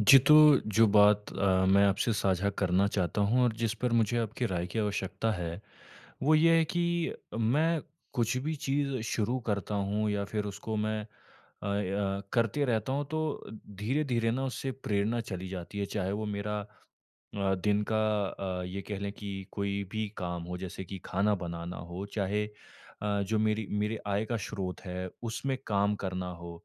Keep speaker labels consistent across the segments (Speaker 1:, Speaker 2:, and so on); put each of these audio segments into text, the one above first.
Speaker 1: जी, तो जो बात मैं आपसे साझा करना चाहता हूँ और जिस पर मुझे आपकी राय की आवश्यकता है, वो ये है कि मैं कुछ भी चीज़ शुरू करता हूँ या फिर उसको मैं करते रहता हूँ तो धीरे-धीरे ना उससे प्रेरणा चली जाती है। चाहे वो मेरा दिन का ये कह लें कि कोई भी काम हो जैसे कि खाना बनाना हो, चाहे जो मेरी मेरे आय का स्रोत है उसमें काम करना हो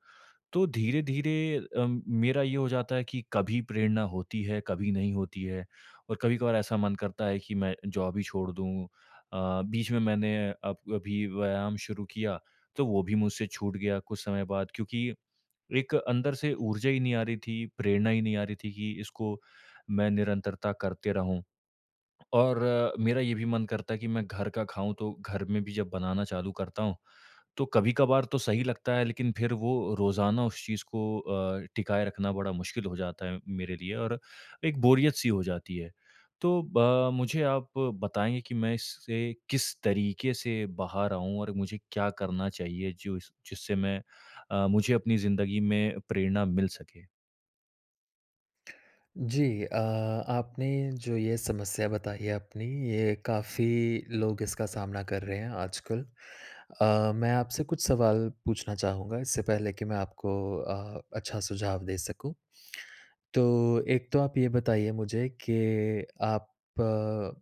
Speaker 1: तो धीरे-धीरे मेरा ये हो जाता है कि कभी प्रेरणा होती है, कभी नहीं होती है और कभी-कभार ऐसा मन करता है कि मैं जॉब ही छोड़ दूँ। बीच में मैंने अब अभी व्यायाम शुरू किया, तो वो भी मुझसे छूट गया कुछ समय बाद क्योंकि एक अंदर से ऊर्जा ही नहीं आ रही थी, प्रेरणा ही नहीं आ रही थी कि इसको मैं निरंतरता करते रहूँ। और मेरा ये भी मन करता है कि मैं घर का खाऊँ, तो घर में भी जब बनाना चालू करता हूँ तो कभी-कभार तो सही लगता है, लेकिन फिर वो रोज़ाना उस चीज़ को टिकाए रखना बड़ा मुश्किल हो जाता है मेरे लिए और एक बोरियत-सी हो जाती है। तो ब मुझे आप बताएँगे कि मैं इससे किस तरीके से बाहर आऊँ और मुझे क्या करना चाहिए जो इस जिससे मुझे अपनी ज़िंदगी में प्रेरणा मिल सके?
Speaker 2: जी आपने जो ये समस्या बताई है अपनी, ये काफ़ी लोग इसका सामना कर रहे हैं आजकल। मैं आपसे कुछ सवाल पूछना चाहूँगा इससे पहले कि मैं आपको अच्छा सुझाव दे सकूँ। तो एक तो आप ये बताइए मुझे कि आप अ,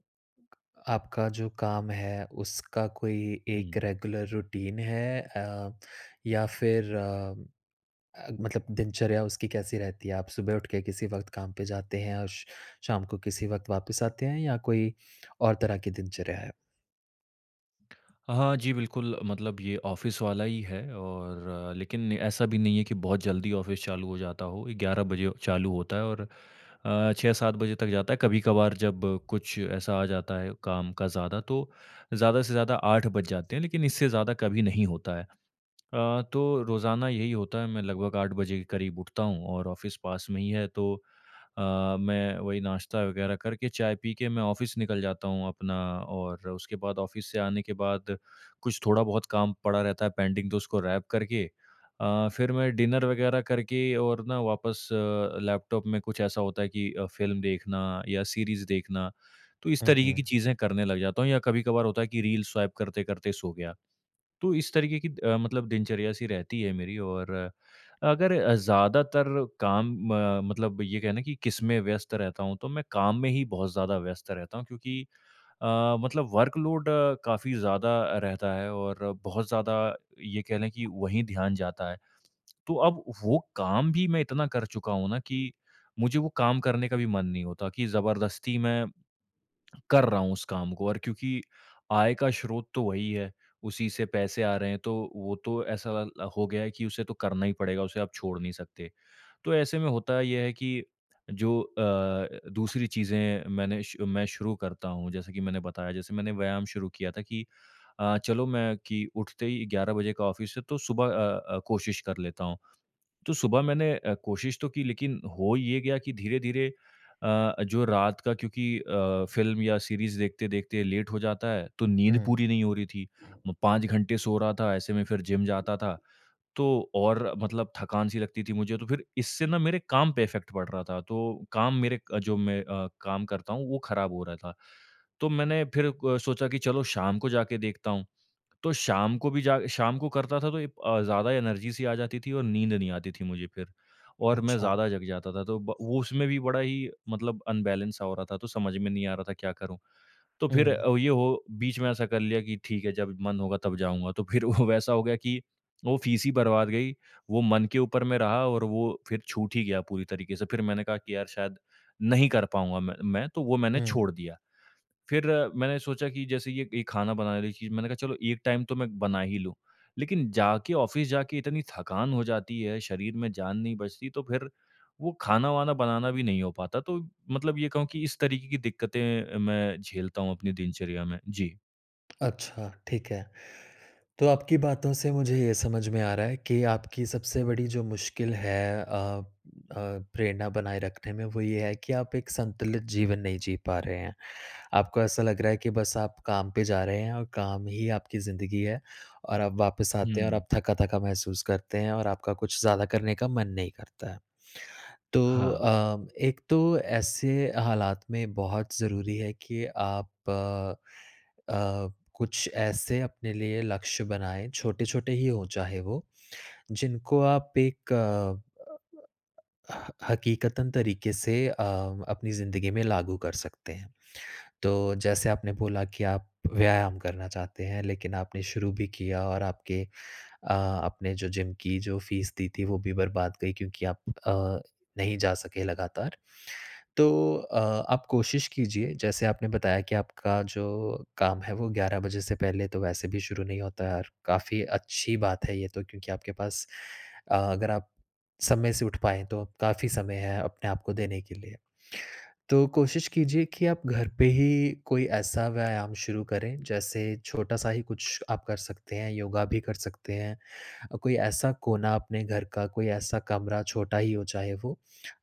Speaker 2: आपका जो काम है, उसका कोई एक
Speaker 1: हुँ।
Speaker 2: रेगुलर रूटीन है या फिर मतलब दिनचर्या उसकी कैसी रहती है? आप सुबह उठ के किसी वक़्त काम पे जाते हैं और श शाम को किसी वक़्त वापस आते हैं या कोई और तरह की दिनचर्या है?
Speaker 1: हाँ जी, बिल्कुल मतलब ये ऑफ़िस वाला ही है और लेकिन ऐसा भी नहीं है कि बहुत जल्दी ऑफ़िस चालू हो जाता हो, 11 बजे चालू होता है और 6-7 बजे तक जाता है। कभी-कभार जब कुछ ऐसा आ जाता है काम का ज़्यादा तो ज़्यादा से ज़्यादा 8 बज जाते हैं, लेकिन इससे ज़्यादा कभी नहीं होता है। तो रोज़ाना यही होता है, मैं लगभग 8 बजे के करीब उठता हूँ और ऑफ़िस पास में ही है तो अ, मैं वही नाश्ता वग़ैरह करके चाय पी के मैं ऑफ़िस निकल जाता हूँ अपना और उसके बाद ऑफ़िस से आने के बाद कुछ थोड़ा बहुत काम पड़ा रहता है पेंडिंग तो उसको रैप करके फिर मैं डिनर वग़ैरह करके और ना वापस लैपटॉप में कुछ ऐसा होता है कि फ़िल्म देखना या सीरीज़ देखना, तो इस
Speaker 2: हुँ,
Speaker 1: तरीके की
Speaker 2: हुँ।
Speaker 1: चीज़ें करने लग जाता हूँ या कभी-कभार होता है कि रील स्वाइप करते-करते सो गया। तो इस तरीके की मतलब दिनचर्या सी रहती है मेरी और अगर ज़्यादातर काम मतलब ये कहना कि किसमें व्यस्त रहता हूँ, तो मैं काम में ही बहुत ज़्यादा व्यस्त रहता हूँ क्योंकि अ, मतलब वर्कलोड काफ़ी ज़्यादा रहता है और बहुत ज़्यादा ये कह लें कि वहीं ध्यान जाता है। तो अब वो काम भी मैं इतना कर चुका हूँ ना कि मुझे वो काम करने का भी मन नहीं होता कि ज़बरदस्ती मैं कर रहा हूँ उस काम को और क्योंकि आय का स्रोत तो वही है, उसी से पैसे आ रहे हैं तो वो तो ऐसा ल हो गया है कि उसे तो करना ही पड़ेगा, उसे आप छोड़ नहीं सकते। तो ऐसे में होता ये है कि जो दूसरी चीज़ें मैंने श मैं शुरू करता हूँ, जैसे कि मैंने बताया, जैसे मैंने व्यायाम शुरू किया था कि चलो मैं कि उठते ही 11 बजे का ऑफ़िस है तो सुबह कोशिश कर लेता हूँ। तो सुबह मैंने कोशिश तो की लेकिन हो ये गया कि धीरे-धीरे जो रात का क्योंकि फ़िल्म या सीरीज़ देखते-देखते लेट हो जाता है, तो नींद
Speaker 2: हुँ।
Speaker 1: पूरी नहीं हो रही थी। मैं 5 घंटे सो रहा था, ऐसे में फिर जिम जाता था, तो और मतलब थकान सी लगती थी मुझे। तो फिर इससे ना मेरे काम पे इफ़ेक्ट पड़ रहा था, तो काम मेरे जो मैं काम करता हूँ, वो खराब हो रहा था। तो मैंने फिर सोचा कि चलो शाम को जाके देखता हूँ। तो शाम को भी जा शाम को करता था तो एक ज़्यादा एनर्जी सी आ जाती थी और नींद नहीं आती थी मुझे फिर और मैं
Speaker 2: अच्छा।
Speaker 1: ज़्यादा जग जाता था तो ब वो उसमें भी बड़ा ही मतलब अनबैलेंस सा हो रहा था तो समझ में नहीं आ रहा था क्या करूँ? तो फिर
Speaker 2: हुँ,
Speaker 1: अ, ये हो बीच में ऐसा कर लिया कि ठीक है जब मन होगा तब जाऊँगा तो फिर वो वैसा हो गया कि वो फीस ही बर्बाद गई, वो मन के ऊपर में रहा और वो फिर छूट ही गया पूरी तरीके से। फिर मैंने कहा कि यार शायद नहीं कर पाऊँगा मैं तो वो मैंने
Speaker 2: हुँ।
Speaker 1: छोड़ दिया। फिर मैंने सोचा कि जैसे ये खाना बनाने वाली चीज़ मैंने कहा चलो एक टाइम तो मैं बना ही लूँ। लेकिन जाके ऑफ़िस जाके इतनी थकान हो जाती है, शरीर में जान नहीं बचती तो फिर वो खाना-वाना बनाना भी नहीं हो पाता। तो मतलब ये कहूँ कि इस तरीके की दिक्कतें मैं झेलता हूँ अपनी दिनचर्या में। जी।
Speaker 2: अच्छा, ठीक है। तो आपकी बातों से मुझे ये समझ में आ रहा है कि आपकी सबसे बड़ी जो मुश्किल है अ अ, प्रेरणा बनाए रखने में वो ये है कि आप एक संतुलित जीवन नहीं जी पा रहे हैं। आपको ऐसा लग रहा है कि बस आप काम पे जा रहे हैं और काम ही आपकी ज़िंदगी है और आप वापस आते हैं और
Speaker 1: हुँ।
Speaker 2: आप थका-थका महसूस करते हैं और आपका कुछ ज़्यादा करने का मन नहीं करता है। तो
Speaker 1: हाँ।
Speaker 2: एक तो ऐसे हालात में बहुत ज़रूरी है कि आप अ, कुछ ऐसे अपने लिए लक्ष्य बनाएँ, छोटे-छोटे ही हों चाहे वो, जिनको आप एक ह हकीकतन तरीके से अपनी ज़िंदगी में लागू कर सकते हैं। तो जैसे आपने बोला कि आप व्यायाम करना चाहते हैं, लेकिन आपने शुरू भी किया और आपके आपने जो जिम की जो फ़ीस दी थी वो भी बर्बाद गई क्योंकि आप अ, नहीं जा सके लगातार। तो अ, आप कोशिश कीजिए जैसे आपने बताया कि आपका जो काम है वो 11 बजे से पहले तो वैसे भी शुरू नहीं होता है और काफ़ी अच्छी बात है ये तो क्योंकि आपके पास अगर आप समय से उठ पाएँ तो काफ़ी समय है अपने आप को देने के लिए। तो कोशिश कीजिए कि आप घर पे ही कोई ऐसा व्यायाम शुरू करें, जैसे छोटा-सा ही कुछ आप कर सकते हैं, योगा भी कर सकते हैं। कोई ऐसा कोना अपने घर का, कोई ऐसा कमरा छोटा ही हो चाहे वो,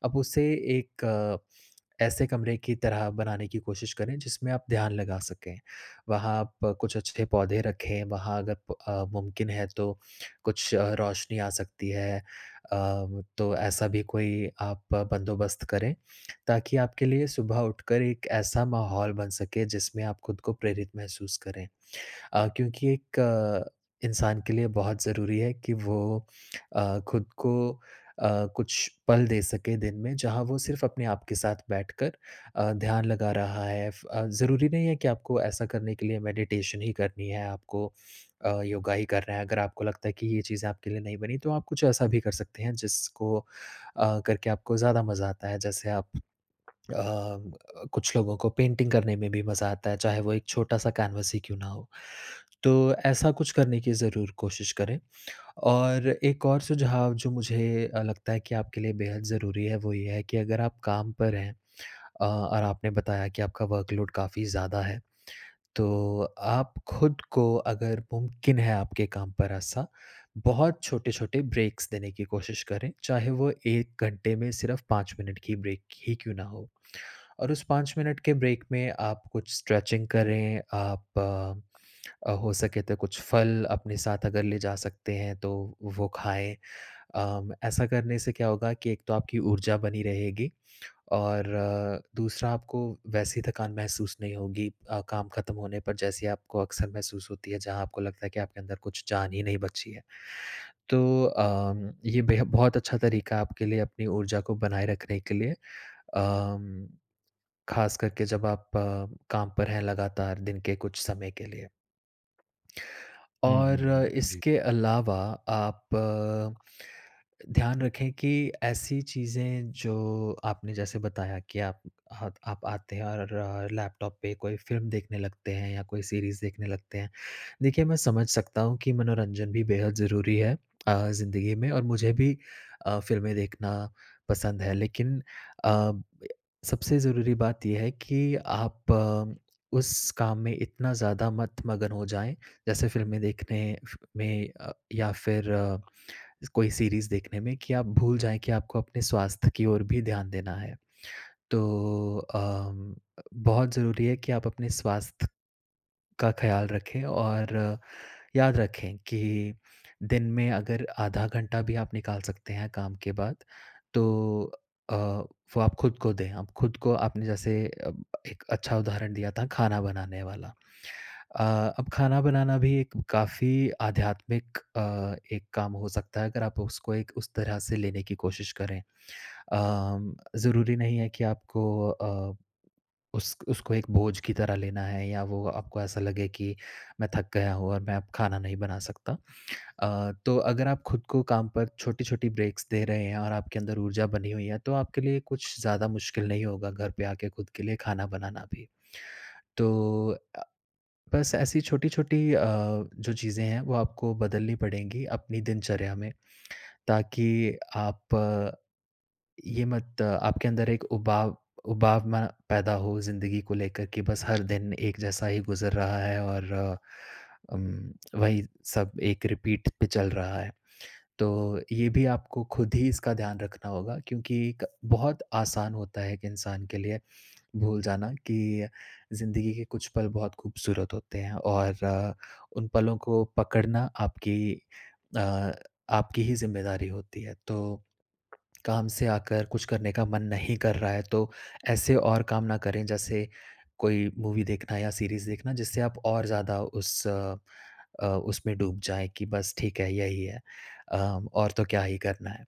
Speaker 2: आप उसे एक ऐसे कमरे की तरह बनाने की कोशिश करें जिसमें आप ध्यान लगा सकें। वहाँ आप कुछ अच्छे पौधे रखें, वहाँ अगर मुमकिन है तो कुछ रोशनी आ सकती है। तो ऐसा भी कोई आप बंदोबस्त करें, ताकि आपके लिए सुबह उठकर एक ऐसा माहौल बन सके जिसमें आप खुद को प्रेरित महसूस करें। क्योंकि एक इंसान के लिए बहुत ज़रूरी है कि वो खुद को अ, कुछ पल दे सके दिन में, जहाँ वो सिर्फ़ अपने आप के साथ बैठकर ध्यान लगा रहा है। ज़रूरी नहीं है कि आपको ऐसा करने के लिए मेडिटेशन ही करनी है, आपको योगा ही करना है। अगर आपको लगता है कि ये चीज़ें आपके लिए नहीं बनी, तो आप कुछ ऐसा भी कर सकते हैं जिसको करके आपको ज़्यादा मज़ा आता है। जैसे आप अ, कुछ लोगों को पेंटिंग करने में भी मज़ा आता है, चाहे वो एक छोटा-सा कैनवस ही क्यों ना हो। तो ऐसा कुछ करने की ज़रूर कोशिश करें और एक और सुझाव जो मुझे लगता है कि आपके लिए बेहद ज़रूरी है, वो ये है कि अगर आप काम पर हैं और आपने बताया कि आपका वर्कलोड काफ़ी ज़्यादा है, तो आप खुद को अगर मुमकिन है आपके काम पर ऐसा, बहुत छोटे-छोटे ब्रेक्स देने की कोशिश करें, चाहे वो 1 घंटे में सिर्फ़ 5 मिनट की ब्रेक ही क्यों ना हो। और उस 5 मिनट के ब्रेक में आप कुछ स्ट्रेचिंग करें, आप हो सके तो कुछ फल अपने साथ अगर ले जा सकते हैं तो वो खाएँ। ऐसा करने से क्या होगा कि एक तो आपकी ऊर्जा बनी रहेगी और दूसरा आपको वैसी थकान महसूस नहीं होगी काम खत्म होने पर जैसी आपको अक्सर महसूस होती है जहाँ आपको लगता है कि आपके अंदर कुछ जान ही नहीं बची है। तो ये बेह बहुत अच्छा तरीका है आपके लिए अपनी ऊर्जा को बनाए रखने के लिए। अम खास करके जब आप काम पर हैं लगातार दिन के कुछ समय के लिए।
Speaker 1: हुँ, हुँ,
Speaker 2: और
Speaker 1: हुँ। जी।
Speaker 2: इसके अलावा आप ध्यान रखें कि ऐसी चीज़ें जो आपने जैसे बताया कि आप आते हैं और लैपटॉप पे कोई फ़िल्म देखने लगते हैं या कोई सीरीज़ देखने लगते हैं। देखिए, मैं समझ सकता हूँ कि मनोरंजन भी बेहद ज़रूरी है ज़िंदगी में और मुझे भी फ़िल्में देखना पसंद है। लेकिन अ, सबसे ज़रूरी बात ये है कि आप उस काम में इतना ज़्यादा मत मगन हो जाएँ जैसे फ़िल्में देखने में या फिर कोई सीरीज़ देखने में कि आप भूल जाएँ कि आपको अपने स्वास्थ्य की ओर भी ध्यान देना है। तो बहुत ज़रूरी है कि आप अपने स्वास्थ्य का ख़्याल रखें और याद रखें कि दिन में अगर आधा घंटा भी आप निकाल सकते हैं काम के बाद, तो अ, वो आप खुद को दें। आप खुद को आपने जैसे एक अच्छा उदाहरण दिया था खाना बनाने वाला। अ, अब खाना बनाना भी एक काफ़ी आध्यात्मिक एक काम हो सकता है अगर आप उसको एक उस तरह से लेने की कोशिश करें। ज़रूरी नहीं है कि आपको उस उसको एक बोझ की तरह लेना है या वो आपको ऐसा लगे कि मैं थक गया हूँ और मैं अब खाना नहीं बना सकता। तो अगर आप खुद को काम पर छोटी-छोटी ब्रेक्स दे रहे हैं और आपके अंदर ऊर्जा बनी हुई है, तो आपके लिए कुछ ज़्यादा मुश्किल नहीं होगा घर पे आके खुद के लिए खाना बनाना भी। तो अ बस ऐसी छोटी-छोटी जो चीज़ें हैं वो आपको बदलनी पड़ेंगी अपनी दिनचर्या में ताकि आप ये मत अ, आपके अंदर एक उबाऊ उबाऊ ना पैदा हो ज़िंदगी को लेकर कि बस हर दिन एक जैसा ही गुज़र रहा है और अम, वही सब एक रिपीट पे चल रहा है। तो ये भी आपको खुद ही इसका ध्यान रखना होगा क्योंकि क बहुत आसान होता है एक इंसान के लिए भूल जाना कि ज़िंदगी के कुछ पल बहुत खूबसूरत होते हैं और उन पलों को पकड़ना अ, आपकी ही ज़िम्मेदारी होती है। तो काम से आकर कुछ करने का मन नहीं कर रहा है तो ऐसे और काम ना करें जैसे कोई मूवी देखना या सीरीज़ देखना जिससे आप और ज़्यादा अ, उसमें डूब जाएँ कि बस ठीक है यही है। और तो क्या ही करना है।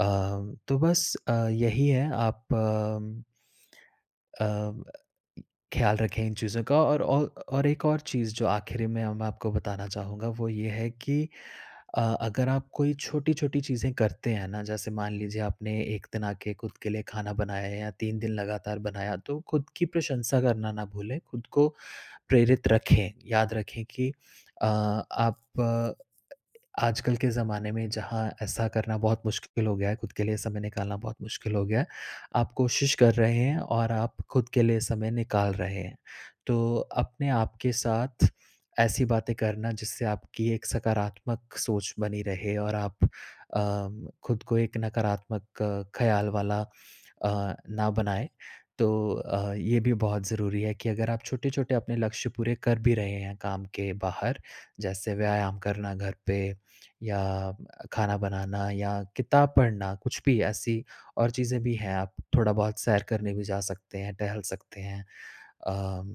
Speaker 2: तो बस यही है आप अम, अम, ख़्याल रखें इन चीज़ों का और एक और चीज़ जो आखिरी में मैं आपको बताना चाहूँगा वो ये है कि अगर आप कोई छोटी-छोटी चीज़ें करते हैं ना, जैसे मान लीजिए आपने 1 दिन आके खुद के लिए खाना बनाया है या 3 दिन लगातार बनाया, तो खुद की प्रशंसा करना ना भूलें, खुद को प्रेरित रखें। याद रखें कि आप आजकल के ज़माने में जहाँ ऐसा करना बहुत मुश्किल हो गया है, खुद के लिए समय निकालना बहुत मुश्किल हो गया है। आप कोशिश कर रहे हैं और आप खुद के लिए समय निकाल रहे हैं। तो अपने आप के साथ ऐसी बातें करना जिससे आपकी एक सकारात्मक सोच बनी रहे और आप खुद को एक नकारात्मक ख़्याल वाला ना बनाएँ। तो ये भी बहुत ज़रूरी है कि अगर आप छोटे-छोटे अपने लक्ष्य पूरे कर भी रहे हैं काम के बाहर, जैसे व्यायाम करना घर पे या खाना बनाना या किताब पढ़ना, कुछ भी ऐसी और चीज़ें भी हैं। आप थोड़ा बहुत सैर करने भी जा सकते हैं, टहल सकते हैं। अम,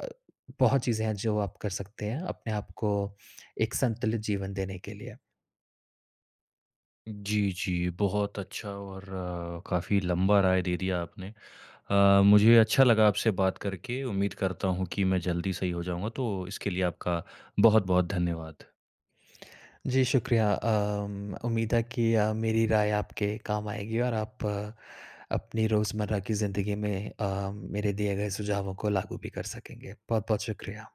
Speaker 2: अ, बहुत चीज़ें हैं जो आप कर सकते हैं अपने आप को एक संतुलित जीवन देने के लिए।
Speaker 1: जी, जी। बहुत अच्छा और काफ़ी लंबा राय दे दिया आपने। मुझे अच्छा लगा आपसे बात करके। उम्मीद करता हूँ कि मैं जल्दी सही हो जाऊँगा, तो इसके लिए आपका बहुत-बहुत धन्यवाद।
Speaker 2: जी, शुक्रिया। उम्मीद है कि मेरी राय आपके काम आएगी और आप अपनी रोज़मर्रा की ज़िंदगी में मेरे दिए गए सुझावों को लागू भी कर सकेंगे। बहुत-बहुत शुक्रिया।